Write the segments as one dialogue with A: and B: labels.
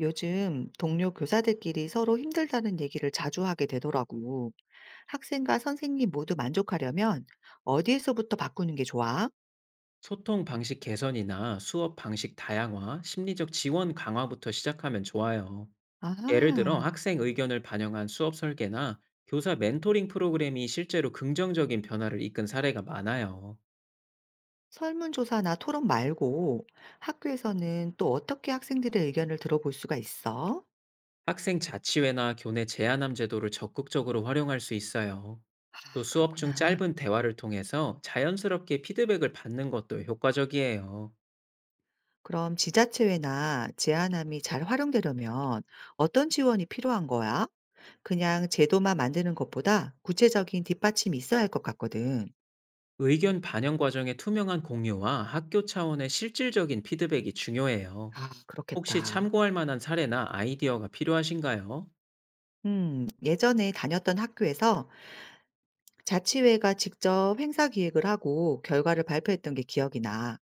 A: 요즘 동료 교사들끼리 서로 힘들다는 얘기를 자주 하게 되더라고. 학생과 선생님 모두 만족하려면 어디에서부터 바꾸는 게 좋아?
B: 소통 방식 개선이나 수업 방식 다양화, 심리적 지원 강화부터 시작하면 좋아요. 예를 들어
A: 아,
B: 학생 의견을 반영한 수업 설계나 교사 멘토링 프로그램이 실제로 긍정적인 변화를 이끈 사례가 많아요.
A: 설문조사나 토론 말고 학교에서는 또 어떻게 학생들의 의견을 들어볼 수가 있어?
B: 학생 자치회나 교내 제안함 제도를 적극적으로 활용할 수 있어요.
A: 아,
B: 또 수업 중
A: 그렇구나.
B: 짧은 대화를 통해서 자연스럽게 피드백을 받는 것도 효과적이에요.
A: 그럼 지자체회나 제안함이 잘 활용되려면 어떤 지원이 필요한 거야? 그냥 제도만 만드는 것보다 구체적인 뒷받침이 있어야 할 것 같거든.
B: 의견 반영 과정의 투명한 공유와 학교 차원의 실질적인 피드백이 중요해요.
A: 아,
B: 혹시
A: 그렇겠다.
B: 참고할 만한 사례나 아이디어가 필요하신가요?
A: 예전에 다녔던 학교에서 자치회가 직접 행사 기획을 하고 결과를 발표했던 게 기억이 나.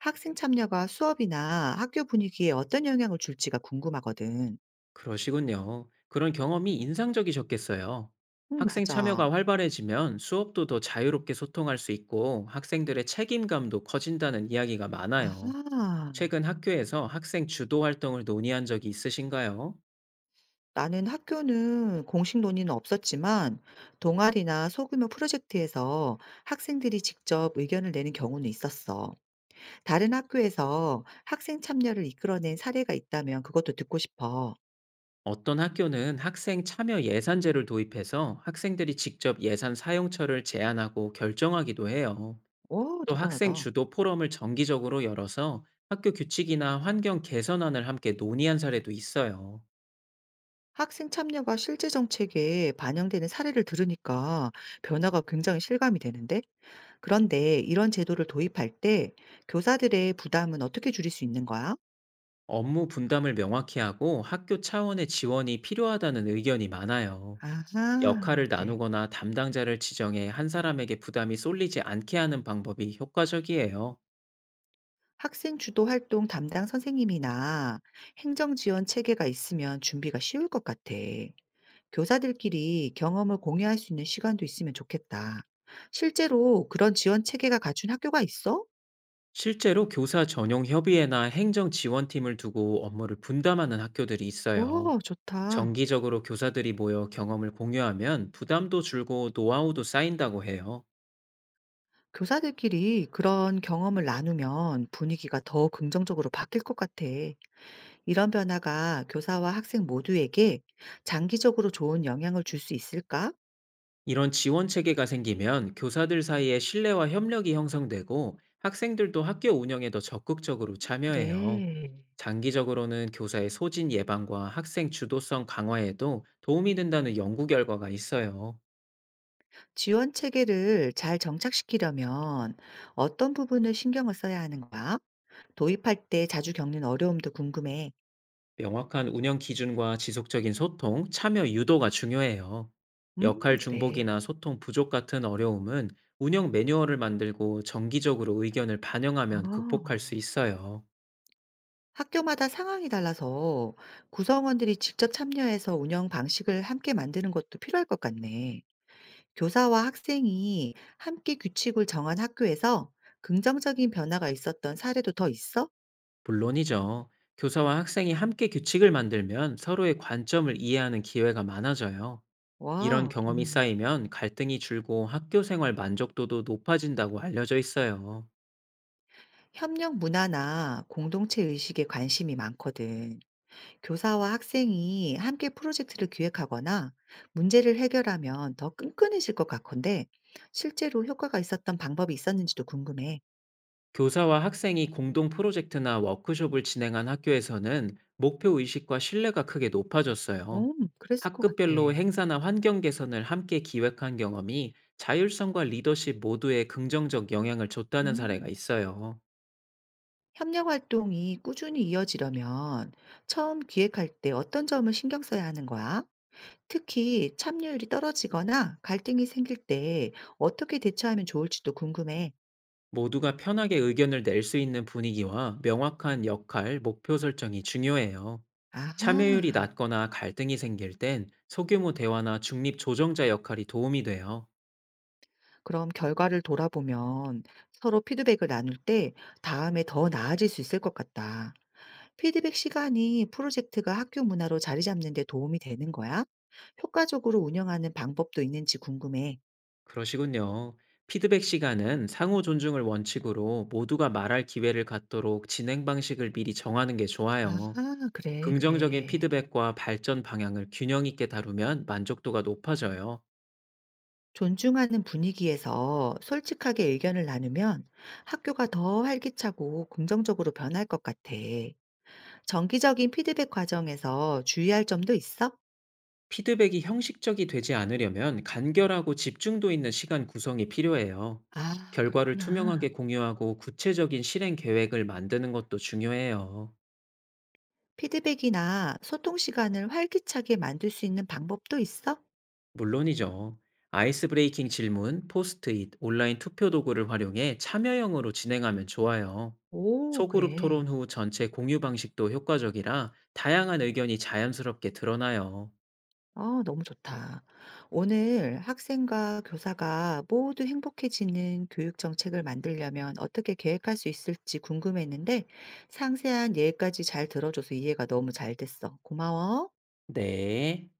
A: 학생 참여가 수업이나 학교 분위기에 어떤 영향을 줄지가 궁금하거든.
B: 그러시군요. 그런 경험이 인상적이셨겠어요. 학생
A: 맞아.
B: 참여가 활발해지면 수업도 더 자유롭게 소통할 수 있고 학생들의 책임감도 커진다는 이야기가 많아요.
A: 아하.
B: 최근 학교에서 학생 주도 활동을 논의한 적이 있으신가요?
A: 나는 학교는 공식 논의는 없었지만 동아리나 소규모 프로젝트에서 학생들이 직접 의견을 내는 경우는 있었어. 다른 학교에서 학생 참여를 이끌어낸 사례가 있다면 그것도 듣고 싶어.
B: 어떤 학교는 학생 참여 예산제를 도입해서 학생들이 직접 예산 사용처를 제안하고 결정하기도 해요.
A: 오,
B: 또 학생
A: 대단하다.
B: 주도 포럼을 정기적으로 열어서 학교 규칙이나 환경 개선안을 함께 논의한 사례도 있어요.
A: 학생 참여가 실제 정책에 반영되는 사례를 들으니까 변화가 굉장히 실감이 되는데? 그런데 이런 제도를 도입할 때 교사들의 부담은 어떻게 줄일 수 있는 거야?
B: 업무 분담을 명확히 하고 학교 차원의 지원이 필요하다는 의견이 많아요.
A: 아하,
B: 역할을
A: 그래.
B: 나누거나 담당자를 지정해 한 사람에게 부담이 쏠리지 않게 하는 방법이 효과적이에요.
A: 학생 주도 활동 담당 선생님이나 행정 지원 체계가 있으면 준비가 쉬울 것 같아. 교사들끼리 경험을 공유할 수 있는 시간도 있으면 좋겠다. 실제로 그런 지원 체계가 갖춘 학교가 있어?
B: 실제로 교사 전용 협의회나 행정 지원팀을 두고 업무를 분담하는 학교들이 있어요.
A: 와, 좋다.
B: 정기적으로 교사들이 모여 경험을 공유하면 부담도 줄고 노하우도 쌓인다고 해요.
A: 교사들끼리 그런 경험을 나누면 분위기가 더 긍정적으로 바뀔 것 같아. 이런 변화가 교사와 학생 모두에게 장기적으로 좋은 영향을 줄 수 있을까?
B: 이런 지원 체계가 생기면 교사들 사이에 신뢰와 협력이 형성되고 학생들도 학교 운영에 더 적극적으로 참여해요.
A: 그래.
B: 장기적으로는 교사의 소진 예방과 학생 주도성 강화에도 도움이 된다는 연구 결과가 있어요.
A: 지원 체계를 잘 정착시키려면 어떤 부분을 신경을 써야 하는 거야? 도입할 때 자주 겪는 어려움도 궁금해.
B: 명확한 운영 기준과 지속적인 소통, 참여 유도가 중요해요.
A: 음,
B: 역할
A: 그래.
B: 중복이나 소통 부족 같은 어려움은 운영 매뉴얼을 만들고 정기적으로 의견을 반영하면 극복할 수
A: 어.
B: 있어요.
A: 학교마다 상황이 달라서 구성원들이 직접 참여해서 운영 방식을 함께 만드는 것도 필요할 것 같네. 교사와 학생이 함께 규칙을 정한 학교에서 긍정적인 변화가 있었던 사례도 더 있어?
B: 물론이죠. 교사와 학생이 함께 규칙을 만들면 서로의 관점을 이해하는 기회가 많아져요. 이런
A: 와,
B: 경험이 쌓이면 갈등이 줄고 학교 생활 만족도도 높아진다고 알려져 있어요.
A: 협력 문화나 공동체 의식에 관심이 많거든. 교사와 학생이 함께 프로젝트를 기획하거나 문제를 해결하면 더 끈끈해질 것 같건데, 실제로 효과가 있었던 방법이 있었는지도 궁금해.
B: 교사와 학생이 공동 프로젝트나 워크숍을 진행한 학교에서는 목표 의식과 신뢰가 크게 높아졌어요.
A: 그랬을 것 같아.
B: 학급별로 행사나 환경 개선을 함께 기획한 경험이 자율성과 리더십 모두에 긍정적 영향을 줬다는 사례가
A: 음.
B: 있어요.
A: 협력 활동이 꾸준히 이어지려면 처음 기획할 때 어떤 점을 신경 써야 하는 거야? 특히 참여율이 떨어지거나 갈등이 생길 때 어떻게 대처하면 좋을지도 궁금해.
B: 모두가 편하게 의견을 낼 수 있는 분위기와 명확한 역할, 목표 설정이 중요해요. 참여율이
A: 아하.
B: 낮거나 갈등이 생길 땐 소규모 대화나 중립 조정자 역할이 도움이 돼요.
A: 그럼 결과를 돌아보면 서로 피드백을 나눌 때 다음에 더 나아질 수 있을 것 같다. 피드백 시간이 프로젝트가 학교 문화로 자리 잡는 데 도움이 되는 거야? 효과적으로 운영하는 방법도 있는지 궁금해.
B: 그러시군요. 피드백 시간은 상호 존중을 원칙으로 모두가 말할 기회를 갖도록 진행 방식을 미리 정하는 게 좋아요.
A: 아하, 그래,
B: 긍정적인
A: 그래.
B: 피드백과 발전 방향을 균형 있게 다루면 만족도가 높아져요.
A: 존중하는 분위기에서 솔직하게 의견을 나누면 학교가 더 활기차고 긍정적으로 변할 것 같아. 정기적인 피드백 과정에서 주의할 점도 있어?
B: 피드백이 형식적이 되지 않으려면 간결하고 집중도 있는 시간 구성이 필요해요.
A: 아,
B: 결과를
A: 그렇구나.
B: 투명하게 공유하고 구체적인 실행 계획을 만드는 것도 중요해요.
A: 피드백이나 소통 시간을 활기차게 만들 수 있는 방법도 있어?
B: 물론이죠. 아이스 브레이킹 질문, 포스트잇, 온라인 투표 도구를 활용해 참여형으로 진행하면 좋아요.
A: 오,
B: 소그룹
A: 그래.
B: 토론 후 전체 공유 방식도 효과적이라 다양한 의견이 자연스럽게 드러나요.
A: 아 너무 좋다. 오늘 학생과 교사가 모두 행복해지는 교육 정책을 만들려면 어떻게 계획할 수 있을지 궁금했는데 상세한 예까지 잘 들어줘서 이해가 너무 잘 됐어. 고마워.
B: 네.